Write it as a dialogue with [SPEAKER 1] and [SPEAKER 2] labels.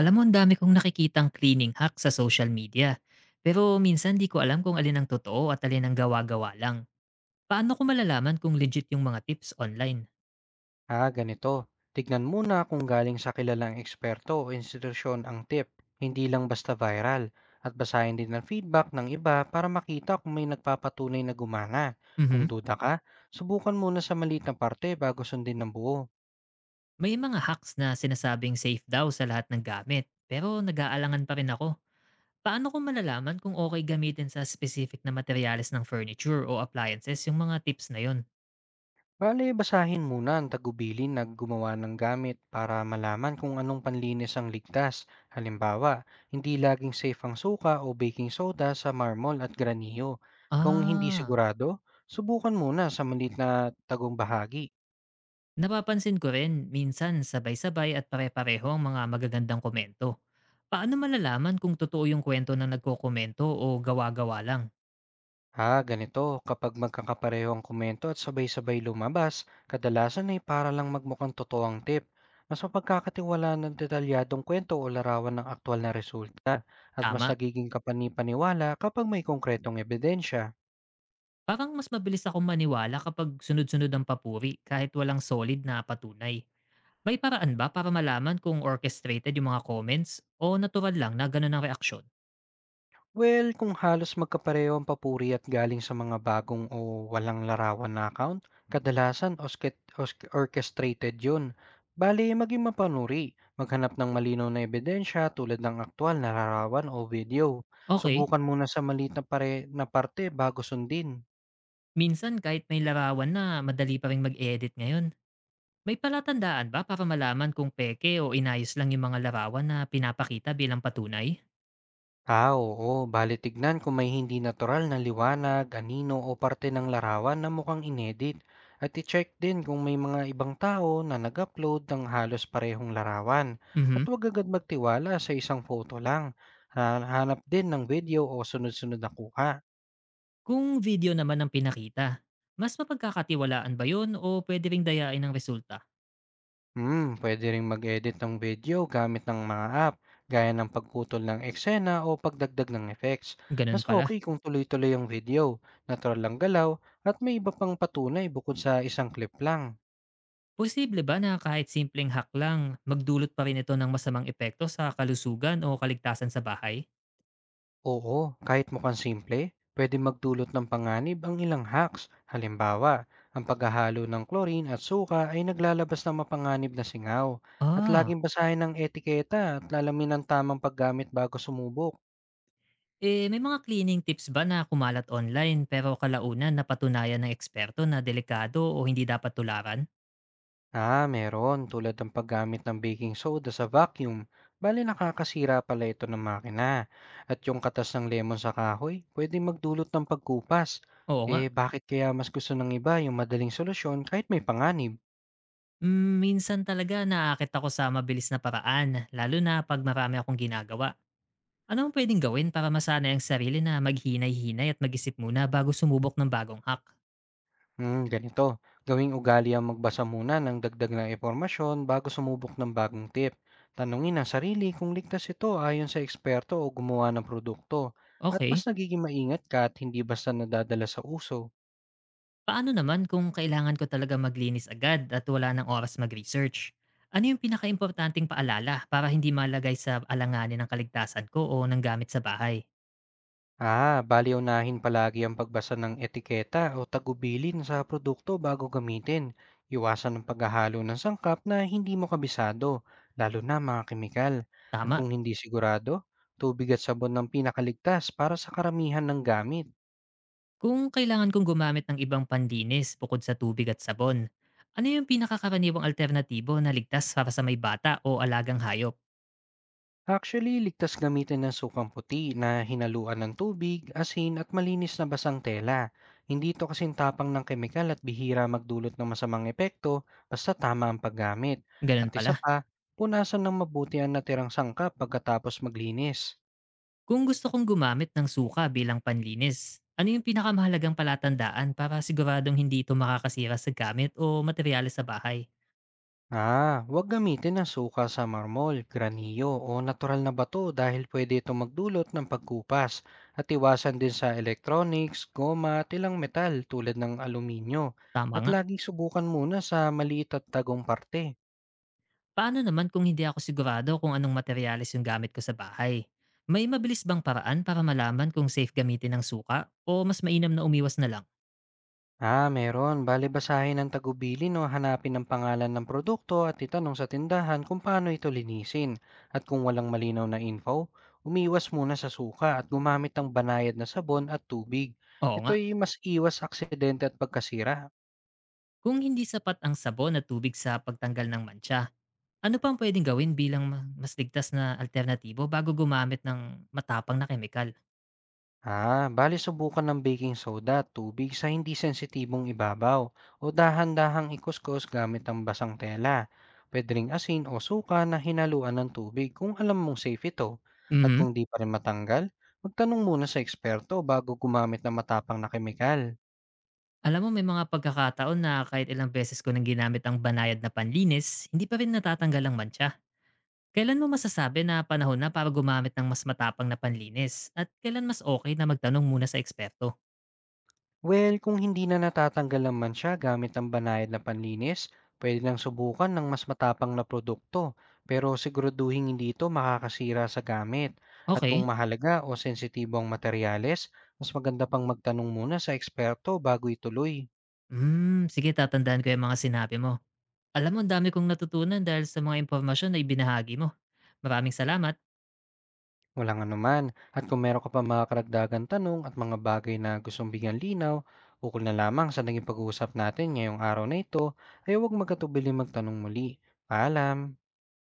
[SPEAKER 1] Alam mo, ang dami kong nakikitang cleaning hack sa social media. Pero minsan di ko alam kung alin ang totoo at alin ang gawa-gawa lang. Paano ko malalaman kung legit yung mga tips online?
[SPEAKER 2] Ah, ganito. Tignan muna kung galing sa kilalang eksperto o institusyon ang tip, hindi lang basta viral. At basahin din ang feedback ng iba para makita kung may nagpapatunay na gumana. Kung
[SPEAKER 1] Mhm.
[SPEAKER 2] duda ka, subukan muna sa maliit na parte bago sundin ng buo.
[SPEAKER 1] May mga hacks na sinasabing safe daw sa lahat ng gamit. Pero nag-aalangan pa rin ako. Paano ko malalaman kung okay gamitin sa specific na materyales ng furniture o appliances yung mga tips na yon?
[SPEAKER 2] Bale, basahin muna ang tagubilin na gumawa ng gamit para malaman kung anong panlinis ang ligtas. Halimbawa, hindi laging safe ang suka o baking soda sa marmol at granillo. Kung hindi
[SPEAKER 1] Ah,
[SPEAKER 2] sigurado, subukan muna sa malit na tagong bahagi.
[SPEAKER 1] napapansin ko rin, minsan sabay-sabay at pare-pareho ang mga magagandang komento. Paano malalaman kung totoo yung kwento na nagkokomento o gawa-gawa lang?
[SPEAKER 2] Ha, ganito, kapag magkakapareho ang komento at sabay-sabay lumabas, kadalasan ay para lang magmukhang totoo ang tip. Mas mapagkakatiwala ng detalyadong kwento o larawan ng aktwal na resulta at mas
[SPEAKER 1] Tama,
[SPEAKER 2] nagiging kapani-paniwala kapag may konkretong ebidensya.
[SPEAKER 1] parang mas mabilis akong maniwala kapag sunod-sunod ang papuri kahit walang solid na patunay. May paraan ba para malaman kung orchestrated yung mga comments o natural lang na ganun ang reaksyon?
[SPEAKER 2] Well, kung halos magkapareho ang papuri at galing sa mga bagong o walang larawan na account, kadalasan orchestrated yun. Bali, maging mapanuri. Maghanap ng malinaw na ebidensya tulad ng aktual na larawan o video.
[SPEAKER 1] Okay,
[SPEAKER 2] Subukan muna sa maliit na parte bago sundin.
[SPEAKER 1] minsan kahit may larawan na madali pa rin mag-edit ngayon, may palatandaan ba para malaman kung peke o inayos lang yung mga larawan na pinapakita bilang patunay?
[SPEAKER 2] Ah, oo. Bale tignan kung may hindi natural na liwanag, anino o parte ng larawan na mukhang inedit. At i-check din kung may mga ibang tao na nag-upload ng halos parehong larawan. At
[SPEAKER 1] Mhm.
[SPEAKER 2] huwag agad magtiwala sa isang photo lang. Hanap din ng video o sunod-sunod na kuha.
[SPEAKER 1] Kung video naman ang pinakita, mas mapagkakatiwalaan ba yun o pwede ring dayain ang resulta?
[SPEAKER 2] Hmm, pwede ring mag-edit ng video gamit ng mga app, gaya ng pagputol ng eksena o pagdagdag ng effects.
[SPEAKER 1] Ganun
[SPEAKER 2] Mas
[SPEAKER 1] pala.
[SPEAKER 2] okay kung tuloy-tuloy ang video, natural lang galaw, at may iba pang patunay bukod sa isang clip lang.
[SPEAKER 1] Posible ba na kahit simpleng hack lang, magdulot pa rin ito ng masamang epekto sa kalusugan o kaligtasan sa bahay?
[SPEAKER 2] Oo, kahit mukhang simple, pwede magdulot ng panganib ang ilang hacks. Halimbawa, ang paghahalo ng chlorine at suka ay naglalabas ng mapanganib na singaw. At
[SPEAKER 1] Ah,
[SPEAKER 2] laging basahin ang etiketa at lalamin ng tamang paggamit bago sumubok.
[SPEAKER 1] eh may mga cleaning tips ba na kumalat online pero kalaunan napatunayan ng eksperto na delikado o hindi dapat tularan?
[SPEAKER 2] Ah, meron. Tulad ng paggamit ng baking soda sa vacuum. Bali nakakasira pala ito ng makina. At yung katas ng lemon sa kahoy, pwedeng magdulot ng pagkupas.
[SPEAKER 1] Oo nga.
[SPEAKER 2] Eh, bakit kaya mas gusto ng iba yung madaling solusyon kahit may panganib?
[SPEAKER 1] Minsan talaga naaakit ako sa mabilis na paraan, lalo na 'pag marami akong ginagawa. Ano ang puwedeng gawin para masanay ang sarili na maghinay-hinay at mag-isip muna bago sumubok ng bagong hack?
[SPEAKER 2] Hmm, ganito. Gawing ugali ang magbasa muna ng dagdag na impormasyon bago sumubok ng bagong tip. Tanungin ang sarili kung ligtas ito ayon sa eksperto o gumawa ng produkto. At mas
[SPEAKER 1] Okay.
[SPEAKER 2] nagiging maingat ka at hindi basta nadadala sa uso.
[SPEAKER 1] Paano naman kung kailangan ko talaga maglinis agad at wala ng oras mag-research? Ano yung pinakaimportanteng paalala para hindi malagay sa alanganin ng kaligtasan ko o ng gamit sa bahay?
[SPEAKER 2] Ah, bali unahin palagi ang pagbasa ng etiketa o tagubilin sa produkto bago gamitin. Iwasan ang paghahalo ng sangkap na hindi mo kabisado, lalo na mga kemikal. At
[SPEAKER 1] Tama.
[SPEAKER 2] kung hindi sigurado, tubig at sabon ng pinakaligtas para sa karamihan ng gamit.
[SPEAKER 1] Kung kailangan kong gumamit ng ibang panlinis bukod sa tubig at sabon, ano yung pinakakaraniwang alternatibo na ligtas para sa may bata o alagang hayop?
[SPEAKER 2] Actually, ligtas gamitin ng sukang puti na hinaluan ng tubig, asin at malinis na basang tela. Hindi ito kasing tapang ng kemikal at bihira magdulot ng masamang epekto basta tama ang paggamit. At
[SPEAKER 1] Ganun
[SPEAKER 2] isa
[SPEAKER 1] pala.
[SPEAKER 2] pa, punasan ng mabuti ang natirang sangkap pagkatapos maglinis.
[SPEAKER 1] Kung gusto kong gumamit ng suka bilang panlinis, ano yung pinakamahalagang palatandaan para siguradong hindi ito makakasira sa gamit o materyales sa bahay?
[SPEAKER 2] Ah, huwag gamitin ang suka sa marmol, granillo o natural na bato dahil pwede itong magdulot ng pagkupas at iwasan din sa electronics, goma at ilang metal tulad ng aluminyo
[SPEAKER 1] Tama
[SPEAKER 2] at
[SPEAKER 1] nga.
[SPEAKER 2] laging subukan muna sa maliit at tagong parte.
[SPEAKER 1] Paano naman kung hindi ako sigurado kung anong materyales yung gamit ko sa bahay? May mabilis bang paraan para malaman kung safe gamitin ng suka o mas mainam na umiwas na lang?
[SPEAKER 2] Ah, meron. Bale, basahin ang tagubilin o hanapin ang pangalan ng produkto at itanong sa tindahan kung paano ito linisin. At kung walang malinaw na info, umiwas muna sa suka at gumamit ng banayad na sabon at tubig.
[SPEAKER 1] Oo nga.
[SPEAKER 2] Ito'y mas iwas aksidente at pagkasira.
[SPEAKER 1] Kung hindi sapat ang sabon at tubig sa pagtanggal ng mantsa, ano pang ang pwedeng gawin bilang mas ligtas na alternatibo bago gumamit ng matapang na kemikal?
[SPEAKER 2] Ah, bali subukan ng baking soda at tubig sa hindi sensitibong ibabaw o dahan-dahang ikuskus gamit ang basang tela. Pwede ring asin o suka na hinaluan ng tubig kung alam mong safe ito. At
[SPEAKER 1] Mhm.
[SPEAKER 2] kung di pa rin matanggal, magtanong muna sa eksperto bago gumamit ng matapang na kemikal.
[SPEAKER 1] Alam mo, may mga pagkakataon na kahit ilang beses ko nang ginamit ang banayad na panlinis, hindi pa rin natatanggal ang mantsa. Kailan mo masasabi na panahon na para gumamit ng mas matapang na panlinis? At kailan mas okay na magtanong muna sa eksperto?
[SPEAKER 2] Well, kung hindi na natatanggal ang mantsa gamit ang banayad na panlinis, pwede nang subukan ng mas matapang na produkto, pero siguraduhin hindi ito makakasira sa gamit. At kung
[SPEAKER 1] Okay.
[SPEAKER 2] mahalaga o sensitibo ang materyales, mas maganda pang magtanong muna sa eksperto bago ituloy.
[SPEAKER 1] Sige, tatandaan ko yung mga sinabi mo. Alam mo, ang dami kong natutunan dahil sa mga impormasyon na ibinahagi mo. Maraming salamat.
[SPEAKER 2] Walang anuman. At kung meron ka pa mga karagdagan tanong at mga bagay na gustong bigyan linaw, ukol na lamang sa naging pag-uusap natin ngayong araw na ito, ay huwag magkatubili magtanong muli. Paalam!